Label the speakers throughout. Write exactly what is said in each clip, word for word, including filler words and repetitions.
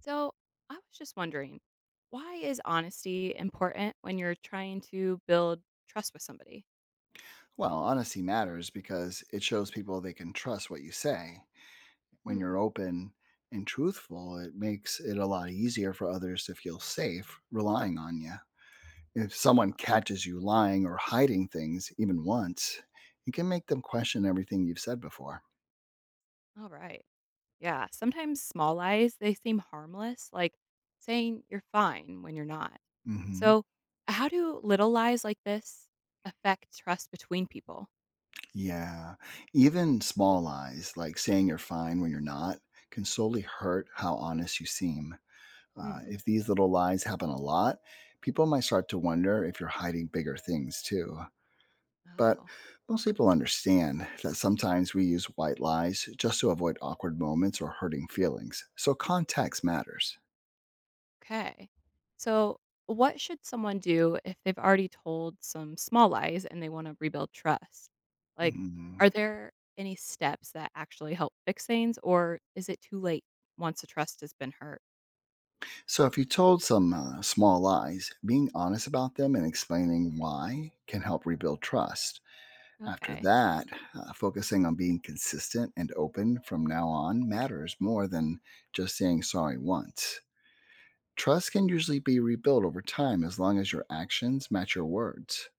Speaker 1: So, I was just wondering, why is honesty important when you're trying to build trust with somebody?
Speaker 2: Well, honesty matters because it shows people they can trust what you say. When
Speaker 1: Hmm.
Speaker 2: you're open and truthful, it makes it a lot easier for others to feel safe relying on you. If someone
Speaker 1: Huh.
Speaker 2: catches you lying or hiding things even once, it can make them question everything you've said before.
Speaker 1: All right. Yeah. Sometimes small lies, they seem harmless, like saying you're fine when you're not.
Speaker 2: Hmm.
Speaker 1: So, how do little lies like this affect trust between people?
Speaker 2: Yeah. Even small lies, like saying you're fine when you're not, can slowly hurt how honest you seem. Uh,
Speaker 1: Hmm.
Speaker 2: if these little lies happen a lot, people might start to wonder if you're hiding bigger things too. But
Speaker 1: Oh.
Speaker 2: most people understand that sometimes we use white lies just to avoid awkward moments or hurting feelings. So context matters.
Speaker 1: Okay. So, what should someone do if they've already told some small lies and they want to rebuild trust? Like, are
Speaker 2: Mm.
Speaker 1: there any steps that actually help fix things, or is it too late once the trust has been hurt?
Speaker 2: So if you told some uh, small lies, being honest about them and explaining why can help rebuild trust. After
Speaker 1: Okay.
Speaker 2: that, uh, focusing on being consistent and open from now on matters more than just saying sorry once. Trust can usually be rebuilt over time as long as your actions match your words.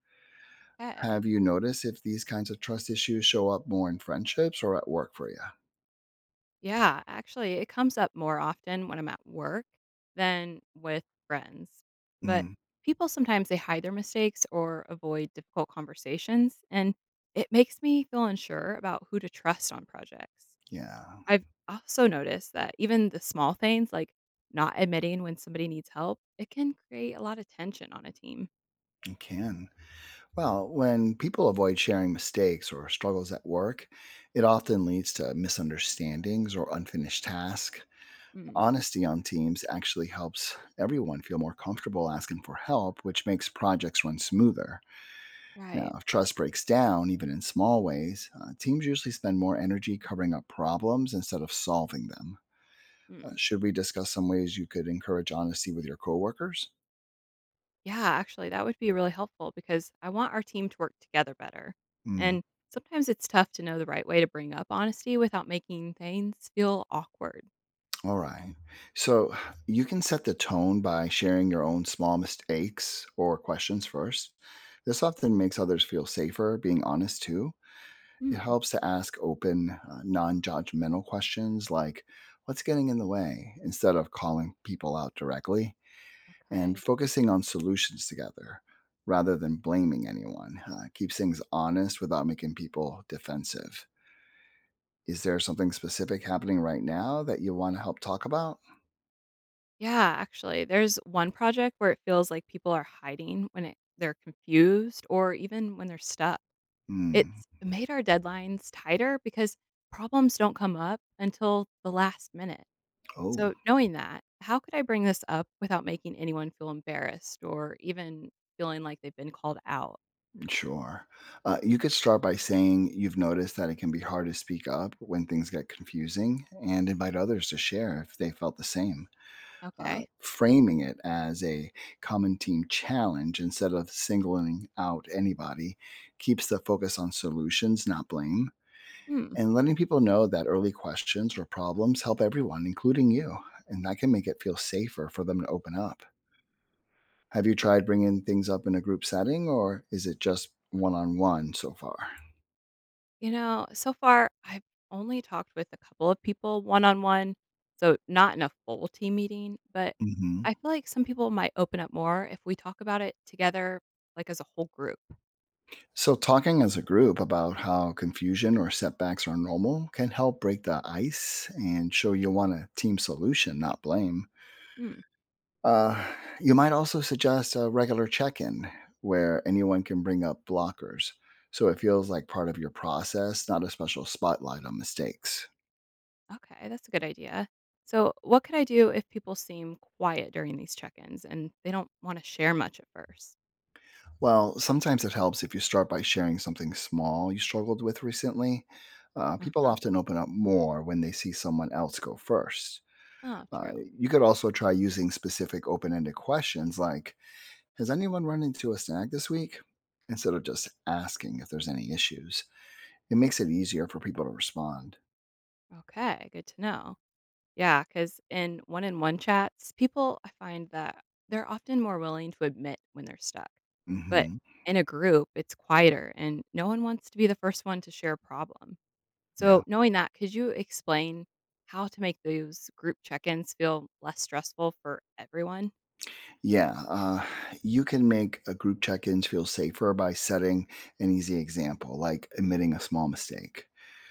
Speaker 1: Okay.
Speaker 2: Have you noticed if these kinds of trust issues show up more in friendships or at work for you?
Speaker 1: Yeah. Actually, it comes up more often when I'm at work than with friends. But
Speaker 2: Mm,
Speaker 1: people sometimes they hide their mistakes or avoid difficult conversations. And it makes me feel unsure about who to trust on projects.
Speaker 2: yeah,
Speaker 1: I've also noticed that even the small things, like not admitting when somebody needs help, it can create a lot of tension on a team.
Speaker 2: it can. Well, when people avoid sharing mistakes or struggles at work, it often leads to misunderstandings or unfinished tasks.
Speaker 1: Mm.
Speaker 2: Honesty on teams actually helps everyone feel more comfortable asking for help, which makes projects run smoother. Now,
Speaker 1: Right.
Speaker 2: if trust breaks down, even in small ways, uh, teams usually spend more energy covering up problems instead of solving them. Uh,
Speaker 1: Mm.
Speaker 2: should we discuss some ways you could encourage honesty with your coworkers?
Speaker 1: Yeah, actually, that would be really helpful because I want our team to work together better.
Speaker 2: Mm,
Speaker 1: And sometimes it's tough to know the right way to bring up honesty without making things feel awkward.
Speaker 2: all right. So you can set the tone by sharing your own small mistakes or questions first. This often makes others feel safer being honest too. It
Speaker 1: Hmm.
Speaker 2: helps to ask open, uh, non judgmental questions like, what's getting in the way? Instead of calling people out directly. And
Speaker 1: Okay.
Speaker 2: focusing on solutions together rather than blaming anyone uh, keeps things honest without making people defensive. Is there something specific happening right now that you want to help talk about?
Speaker 1: Yeah, actually, there's one project where it feels like people are hiding when it, they're confused or even when they're stuck.
Speaker 2: Hmm.
Speaker 1: It's made our deadlines tighter because problems don't come up until the last minute.
Speaker 2: Oh,
Speaker 1: So, knowing that, how could I bring this up without making anyone feel embarrassed or even feeling like they've been called out?
Speaker 2: sure. Uh, you could start by saying you've noticed that it can be hard to speak up when things get confusing and invite others to share if they felt the same. Uh,
Speaker 1: Okay.
Speaker 2: framing it as a common team challenge instead of singling out anybody keeps the focus on solutions, not blame,
Speaker 1: Hmm.
Speaker 2: and letting people know that early questions or problems help everyone, including you. And that can make it feel safer for them to open up. Have you tried bringing things up in a group setting, or is it just one on one so far?
Speaker 1: You know, so far, I've only talked with a couple of people one on one. So, not in a full team meeting, but
Speaker 2: hmm
Speaker 1: I feel like some people might open up more if we talk about it together, like as a whole group.
Speaker 2: So, talking as a group about how confusion or setbacks are normal can help break the ice and show you want a team solution, not blame.
Speaker 1: Hmm.
Speaker 2: Uh, you might also suggest a regular check in where anyone can bring up blockers. So it feels like part of your process, not a special spotlight on mistakes.
Speaker 1: Okay, that's a good idea. So, what could I do if people seem quiet during these check ins and they don't want to share much at first?
Speaker 2: Well, sometimes it helps if you start by sharing something small you struggled with recently. Uh,
Speaker 1: Uh
Speaker 2: people
Speaker 1: huh.
Speaker 2: often open up more when they see someone else go first.
Speaker 1: Oh,
Speaker 2: Uh,
Speaker 1: true.
Speaker 2: you could also try using specific open ended questions like, has anyone run into a snag this week? Instead of just asking if there's any issues, it makes it easier for people to respond.
Speaker 1: Okay, good to know. Yeah, because in one on one chats, people I find that they're often more willing to admit when they're stuck. But
Speaker 2: Hmm.
Speaker 1: in a group, it's quieter and no one wants to be the first one to share a problem. So,
Speaker 2: Yeah.
Speaker 1: knowing that, could you explain how to make those group check ins feel less stressful for everyone?
Speaker 2: Yeah. Uh, you can make a group check ins feel safer by setting an easy example, like admitting a small mistake.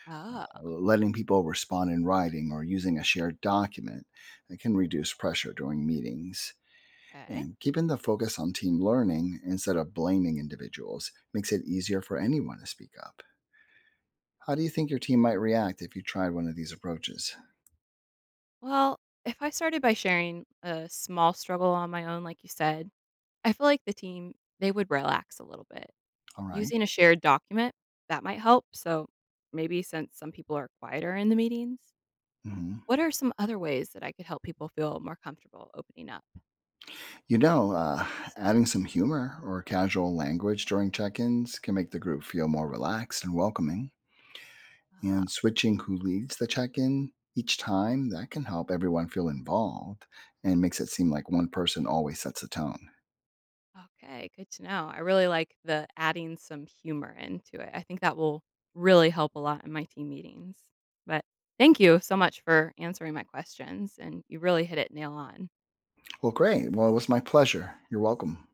Speaker 1: Oh,
Speaker 2: Letting people respond in writing or using a shared document that can reduce pressure during meetings.
Speaker 1: okay.
Speaker 2: And keeping the focus on team learning instead of blaming individuals makes it easier for anyone to speak up. How do you think your team might react if you tried one of these approaches?
Speaker 1: Well, if I started by sharing a small struggle on my own, like you said, I feel like the team, they would relax a little bit.
Speaker 2: All right.
Speaker 1: Using a shared document, that might help. So maybe since some people are quieter in the meetings,
Speaker 2: Hmm.
Speaker 1: what are some other ways that I could help people feel more comfortable opening up?
Speaker 2: You know, uh, Adding some humor or casual language during check ins can make the group feel more relaxed and welcoming.
Speaker 1: Oh,
Speaker 2: And switching who leads the check in each time, that can help everyone feel involved and makes it seem like one person always sets the tone.
Speaker 1: okay. Good to know. I really like the adding some humor into it. I think that will really help a lot in my team meetings. But thank you so much for answering my questions. And you really hit it nail on.
Speaker 2: Well, great. Well, it was my pleasure. You're welcome.